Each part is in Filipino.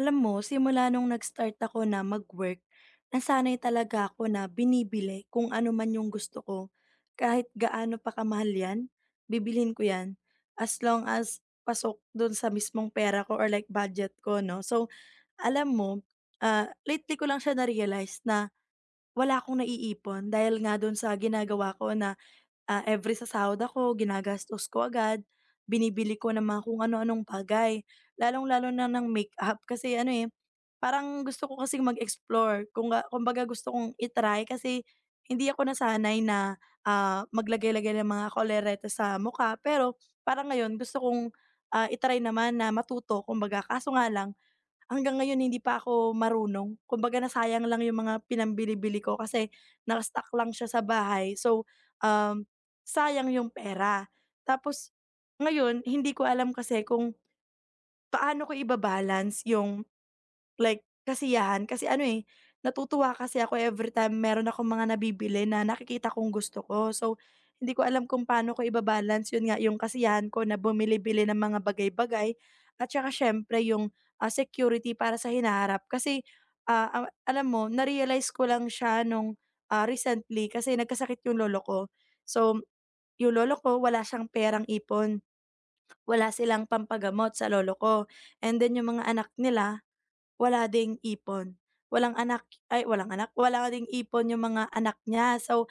Alam mo, simula nung nag-start ako na mag-work, nasanay talaga ako na binibili kung ano man yung gusto ko. Kahit gaano pa kamahal yan, bibilhin ko yan. As long as pasok dun sa mismong pera ko or like budget ko, no? So, alam mo, lately ko lang siya na-realize na wala akong naiipon dahil nga dun sa ginagawa ko na. Every sa sahod ako ginagastos ko agad, binibili ko ng mga kung ano-anong bagay, lalong-lalo na ng makeup kasi ano, eh, parang gusto ko kasi mag-explore kung kumbaga gusto kong i kasi hindi ako nasanay na, maglagay-lagay ng mga kolerete sa mukha. Pero parang ngayon gusto kong, i naman na matuto, kumbaga kaso nga lang hanggang ngayon hindi pa ako marunong. Kumbaga nasayang lang yung mga pinambili-bili ko kasi naka lang siya sa bahay. So, um, sayang yung pera. Tapos ngayon hindi ko alam kasi kung paano ko iba yung like kasiyahan, kasi ano, eh, natutuwa kasi ako everytime meron akong mga nabibili na nakikita kong gusto ko. So, hindi ko alam kung paano ko iba-balance yun nga yung kasiyahan ko na bumili-bili ng mga bagay-bagay at saka siyempre yung, security para sa hinaharap. Kasi, ah, a alam mo na ko lang siya nung, recently kasi nagkasakit yung lolo ko. So, yung lolo ko wala siyang perang ipon, wala silang pampagamot sa lolo ko. And then yung mga anak nila, wala ding ipon. Walang anak, ay walang anak, wala ding ipon yung mga anak niya. So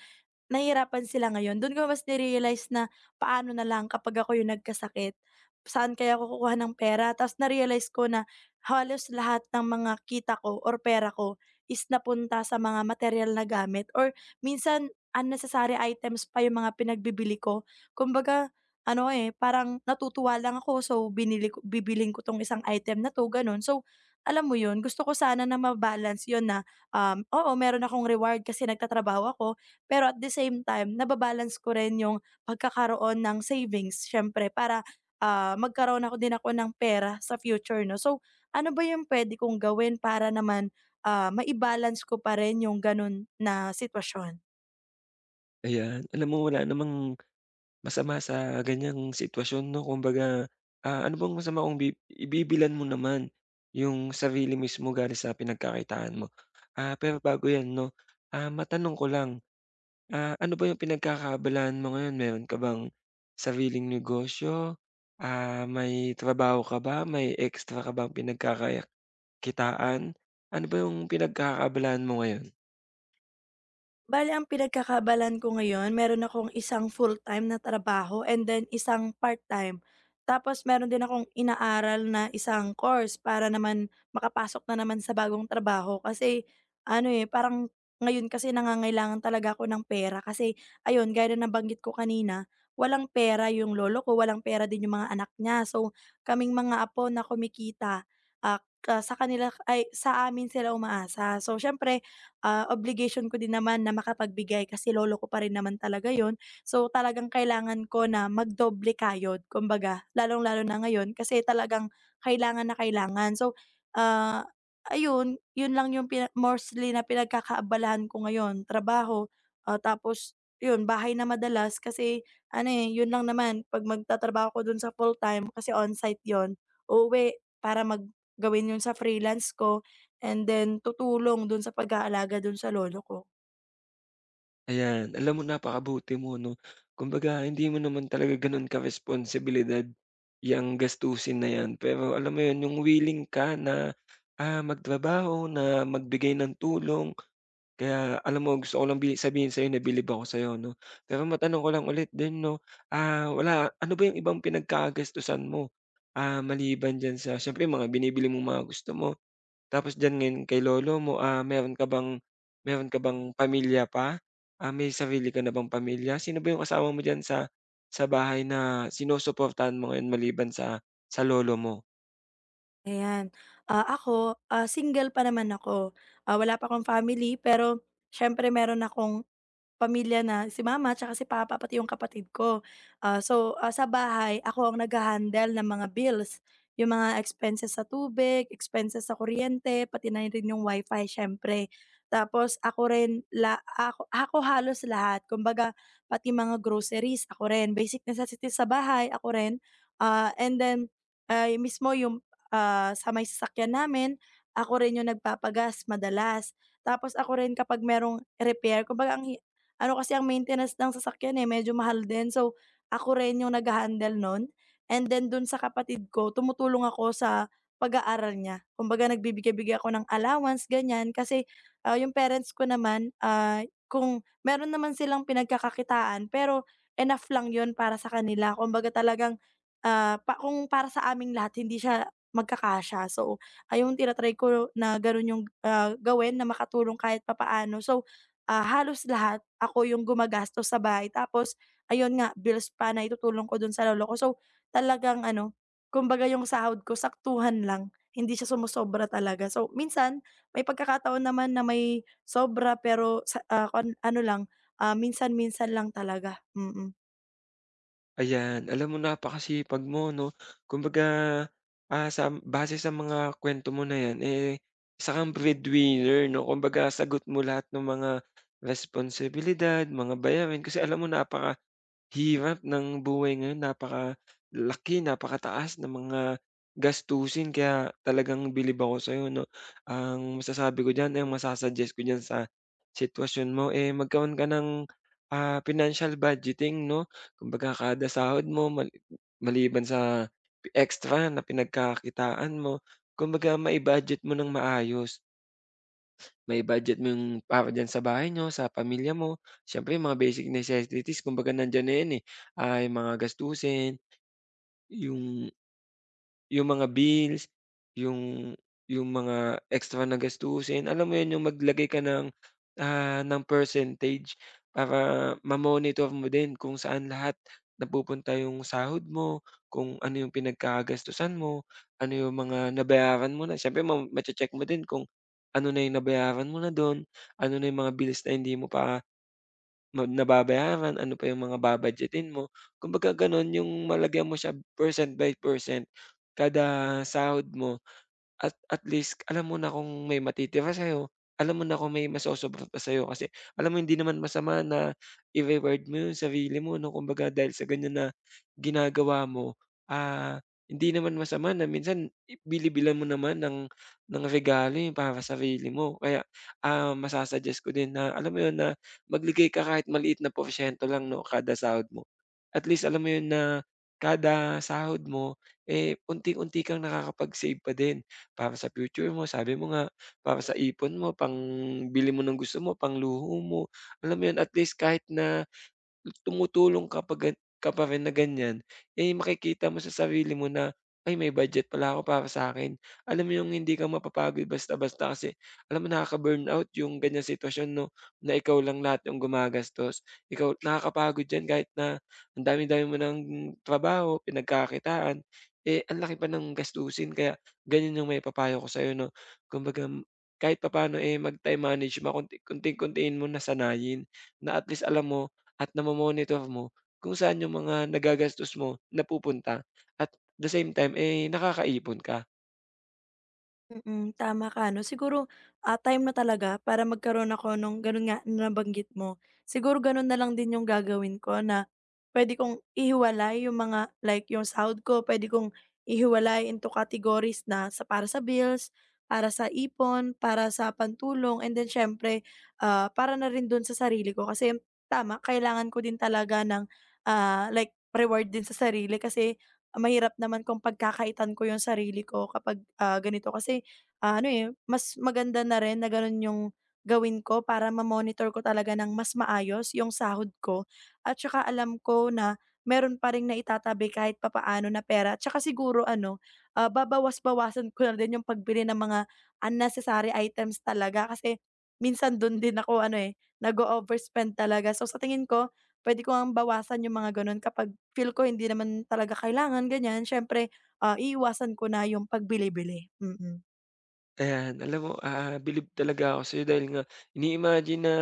nahihirapan sila ngayon. Dun ko mas ni na paano na lang kapag ako yung nagkasakit, saan kaya ako kukuha ng pera? Tapos na ko na halos lahat ng mga kita ko or pera ko is napunta sa mga material na gamit or minsan unnecessary items pa yung mga pinagbibili ko. Kumbaga ano, eh, parang natutuwa lang ako, so binili ko bibiling ko 'tong isang item na 'to, gano'n. So, alam mo yun, gusto ko sana na ma-balance yun na, oo meron akong reward kasi nagtatrabaho ako, pero at the same time, nababalance ko rin yung pagkakaroon ng savings, siyempre para, magkaroon ako din ako ng pera sa future, 'no. So, ano ba yung puwede kong gawin para naman, mai ko pa rin yung gano'n na sitwasyon? Ayan, alam mo wala namang masama sa ganiyang sitwasyon 'no, kumbaga, ano bang masama kung ibibilan mo naman yung sarili mismo galing sa pinagkakakitaan mo. Pero bago 'yan 'no, matanong ko lang, ano ba yung pinagkakaabalahan mo ngayon? Meron ka bang sariling negosyo? May trabaho ka ba? May extra ka bang pinagkakakitaan? Ano ba yung pinagkakaabalahan mo ngayon? Bale ang pinagkakaabalahan ko ngayon, meron akong isang full-time na trabaho and then isang part-time. Tapos meron din akong inaaral na isang course para naman makapasok na naman sa bagong trabaho, kasi ano, eh, parang ngayon kasi nangangailangan talaga ako ng pera kasi ayun, gaya na nabanggit ko kanina, walang pera yung lolo ko, walang pera din yung mga anak niya. So, kaming mga apo na kumikita, ka sa kanila ay sa amin sila umaasa. So, siyempre obligation ko din naman na makapagbigay kasi lolo ko pa rin naman talaga yon. So, talagang kailangan ko na magdoble kayod kumbaga, lalong-lalo na ngayon kasi talagang kailangan na kailangan. So, ah, ayun, yun lang yung pina mostly na pinagkakaabalahan ko ngayon, trabaho, tapos yun, bahay na madalas, kasi ano, eh, yun lang naman 'pag magtatrabaho ko dun sa full-time kasi onsite yun, uuwi para mag gawin yun sa freelance ko and then tutulong dun sa pag-aalaga dun sa lolo ko, Ayan, alam mo napakabuti mo 'no. Kumbaga hindi mo naman talaga gano'n ka-responsibilidad 'yang gastusin na 'yan, pero alam mo 'yun, yung willing ka na, magtrabaho, na magbigay ng tulong. Kaya alam mo gusto ko lang sabihin sa'yo na bilib ako sa'yo 'no. Pero matanong ko lang ulit din 'no, wala ano ba yung ibang pinagkakagastusan mo, maliban diyan sa siyempre mga binibili mong mga gusto mo? Tapos diyan ngayon kay lolo mo, meron ka bang pamilya pa? May sarili ka na bang pamilya? Sino ba yung kasama mo diyan sa bahay na sinusuportahan mo ngayon maliban sa lolo mo? ayan. Ako, single pa naman ako, wala pa akong family, pero siyempre meron akong pamilya na si mama tsaka si papa pati yung kapatid ko. So, sa bahay ako ang nagha-handle ng mga bills, yung mga expenses sa tubig, expenses sa kuryente, pati na rin yung wifi siyempre. Tapos ako rin la ako ako halos lahat kumbaga, pati mga groceries ako rin, basic necessities sa bahay ako rin. And then, ay mismo yung, sa may sasakyan namin, ako rin yung nagpapagas madalas. Tapos ako rin kapag merong repair, kumbaga ang ano kasi ang maintenance ng sasakyan, eh, medyo mahal din. So, ako rin yung nagha-handle nun, and then dun sa kapatid ko tumutulong ako sa pag-aaral niya. Kumbaga nagbibigay-bigay ako ng allowance, ganyan. Kasi, yung parents ko naman, kung meron naman silang pinagkakakitaan, pero enough lang yun para sa kanila. Kumbaga talagang, pa kung para sa aming lahat hindi siya magkakasya. So, ayun tina ko na ganun yung, gawin na makatulong kahit papaano. So, halos lahat ako yung gumagastos sa bahay, tapos ayun nga bills pa na itutulong ko dun sa lolo ko. So, talagang ano, kumbaga yung sahod ko saktuhan lang, hindi siya sumosobra talaga. So, minsan may pagkakataon naman na may sobra, pero sa, kon ano lang, minsan-minsan lang talaga. Mm, mm. Ayan, alam mo napakasipag mo 'no. Kumbaga, sa base sa mga kuwento mo na 'yan, eh, isa kang breadwinner 'no. Kumbaga sagot mo lahat ng mga responsibilidad, mga bayarin kasi alam mo napaka hirap ng buhay ngayon napakalaki, napakataas ng mga gastusin kaya talagang bilib ako sa'yo 'no. Ang masasabi ko diyan, ang masa-suggest ko diyan sa sitwasyon mo, eh, magkaroon ka ng, financial budgeting 'no. Kumbaga kada sahod mo maliban sa extra na pinagkakakitaan mo, kumbaga mai-budget mo ng maayos may budget mo yung para diyan sa bahay niyo, sa pamilya mo. Siyempre yung mga basic necessities kumbaga nandiyan na 'yan, eh. Yung mga gastusin, yung yung mga bills, yung yung mga extra na gastusin, alam mo yun, yung maglagay ka ng, percentage para ma-monitor mo din kung saan lahat napupunta yung sahod mo, kung ano yung pinagkakagastusan mo, ano yung mga nabayaran mo na. Siyempre ma check mo din kung ano na yung nabayaran mo na dun, ano na yung mga bills na hindi mo pa nababayaran, ano pa yung mga babadgetin mo. Kumbaga gano'n, yung malagyan mo siya percent by percent, kada sahod mo at least alam mo na kung may matitira sa'yo, alam mo na kung may masosobra pa sa'yo kasi alam mo hindi naman masama na i-reward mo yung sarili mo 'no, kumbaga dahil sa ganyan na ginagawa mo, ah, hindi naman masama na minsan bili-bilan mo naman ng regalo yung para sarili mo. Kaya, masa-suggest ko din na alam mo yun na magbigay ka kahit maliit na porsyento lang 'no, kada sahod mo. At least alam mo yun na kada sahod mo, eh, unti-unti kang nakakapag-save pa din para sa future mo, sabi mo nga, para sa ipon mo, pang bili mo ng gusto mo, pang luho mo, alam mo yun, at least kahit na tumutulong ka pa ka pa rin na ganyan, eh, makikita mo sa sarili mo na, "Ay may budget pala ako para sa akin." Alam mo yung hindi ka mapapagod basta-basta kasi alam mo nakaka-burnout yung ganyan sitwasyon 'no, na ikaw lang lahat yung gumagastos. Ikaw nakakapagod yan kahit na ang dami-dami mo ng trabaho, pinagkakitaan, eh, ang laki pa ng gastusin kaya ganyan yung may papayo ko sa'yo 'no. Kumbaga kahit papaano, eh, mag-time manage, konting-kontiin mo na sanayin na at least alam mo at namo-monitor mo kung saan yung mga nagagastos mo napupunta at the same time, eh, nakakaipon ka. Mm, tama ka 'no. Siguro, time na talaga para magkaroon ako nung gano'n nga na nabanggit mo. Siguro gano'n na lang din yung gagawin ko, na puwede kong ihiwalay yung mga like yung sahod ko, puwede kong ihiwalay into categories na sa para sa bills, para sa ipon, para sa pantulong, and then siyempre, para na rin do'n sa sarili ko. Kasi tama, kailangan ko din talaga ng, like reward din sa sarili, kasi mahirap naman kung pagkakaitan ko yung sarili ko kapag, ganito. Kasi ano, eh, mas maganda na rin na gano'n yung gawin ko para ma-monitor ko talaga ng mas maayos yung sahod ko, at saka alam ko na meron pa rin na naitatabi kahit papaano na pera. At saka siguro ano, babawas-bawasan ko na din yung pagbili ng mga unnecessary items talaga kasi minsan do'n din ako ano, eh, nag-o-overspend talaga. So, sa tingin ko pwede ko ang bawasan yung mga gano'n kapag feel ko hindi naman talaga kailangan, ganiyan. Siyempre, iiwasan ko na yung pagbili-bili. Mm, mm. Ayan, alam mo, bilib talaga ako sa'yo dahil nga ini-imagine na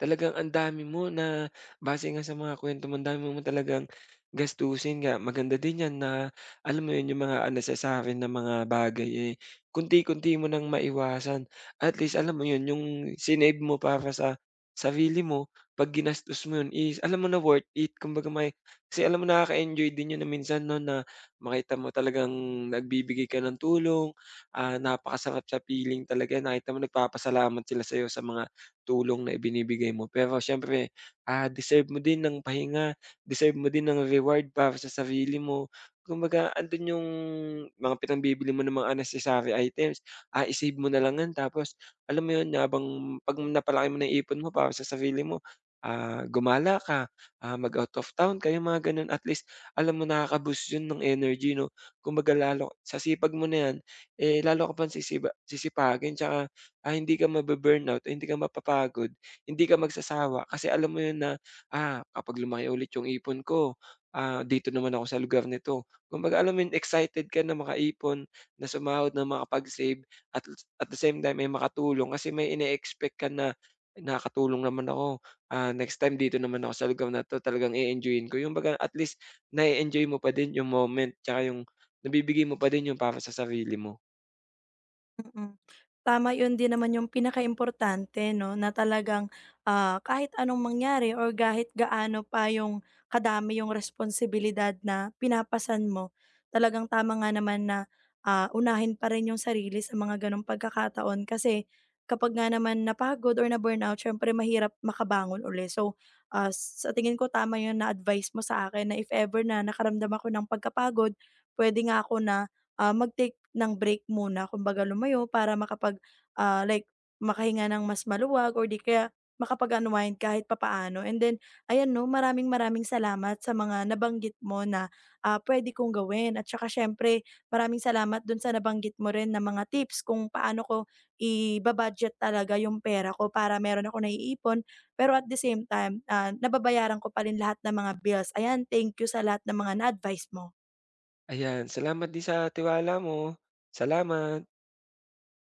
talagang ang dami mo na base nga sa mga kuwento mo, ang dami mo talagang gastusin nga. Maganda din 'yan na alam mo 'yun, yung mga unnecessary na mga bagay, eh, kunti konti mo nang maiwasan. At least alam mo 'yun, yung sinave mo para sa sarili mo, 'pag ginastos mo 'yun is alam mo na worth it. Kumbaga kasi alam mo nakaka-enjoy din 'yun na minsan 'no, na makita mo talagang nagbibigay ka ng tulong. Napakasarap sa feeling talaga nakita mo nagpapasalamat sila sa'yo sa mga tulong na ibinibigay mo. Pero siyempre, deserve mo din ng pahinga, deserve mo din ng reward para sa sarili mo. Kumbaga andun yung mga pinambibili mo ng mga unnecessary items, ah, i mo na lang 'yan tapos alam mo 'yun, habang 'pag napalaki mo na yung ipon mo para sa sarili mo, gumala ka, mag-out of town kayo, mga gano'n. At least alam mo nakaka-boost 'yun ng energy 'no, kumbaga lalo sa sipag mo na 'yan, eh, lalo ka pang sisipagin tsaka, ah, hindi ka mabu hindi ka mapapagod, hindi ka magsasawa kasi alam mo 'yun na, kapag lumaki ulit 'yung ipon ko, dito naman ako sa lugar nito. Kumbaga alam mo 'yun, excited ka na makaipon, na sumahod, na makapag-save at at the same time ay makatulong kasi may ine-expect ka na, "Nakakatulong naman ako, next time dito naman ako sa lugar na 'to talagang e-enjoyin ko." 'Yung baga at least, na enjoy mo pa din 'yung moment tsaka 'yung nabibigay mo pa din 'yung para sa sarili mo. Mm. Tama, 'yun din naman yung pinakaimportante 'no, na talagang, kahit anong mangyari or kahit gaano pa yung kadami yung responsibilidad na pinapasan mo, talagang tama nga naman na, unahin pa rin yung sarili sa mga gano'ng pagkakataon. Kasi kapag nga naman napagod or na-burnout siyempre mahirap makabangon uli. So, sa tingin ko tama yun na-advice mo sa akin, na if ever na nakaramdam ako ng pagkapagod, puwede nga ako na mag-take ng break muna, kumbaga lumayo para makapag, like makahinga ng mas maluwag or di kaya makapag-unwind kahit papaano. And then ayan 'no, maraming-maraming salamat sa mga nabanggit mo na, puwede kong gawin, at saka siyempre maraming salamat dun sa nabanggit mo rin na mga tips kung paano ko iba-budget talaga yung pera ko para meron akong naiipon pero at the same time, nababayaran ko pa rin lahat ng mga bills. Ayan, thank you sa lahat ng mga na-advice mo. Ayan, salamat din sa tiwala mo. Salamat.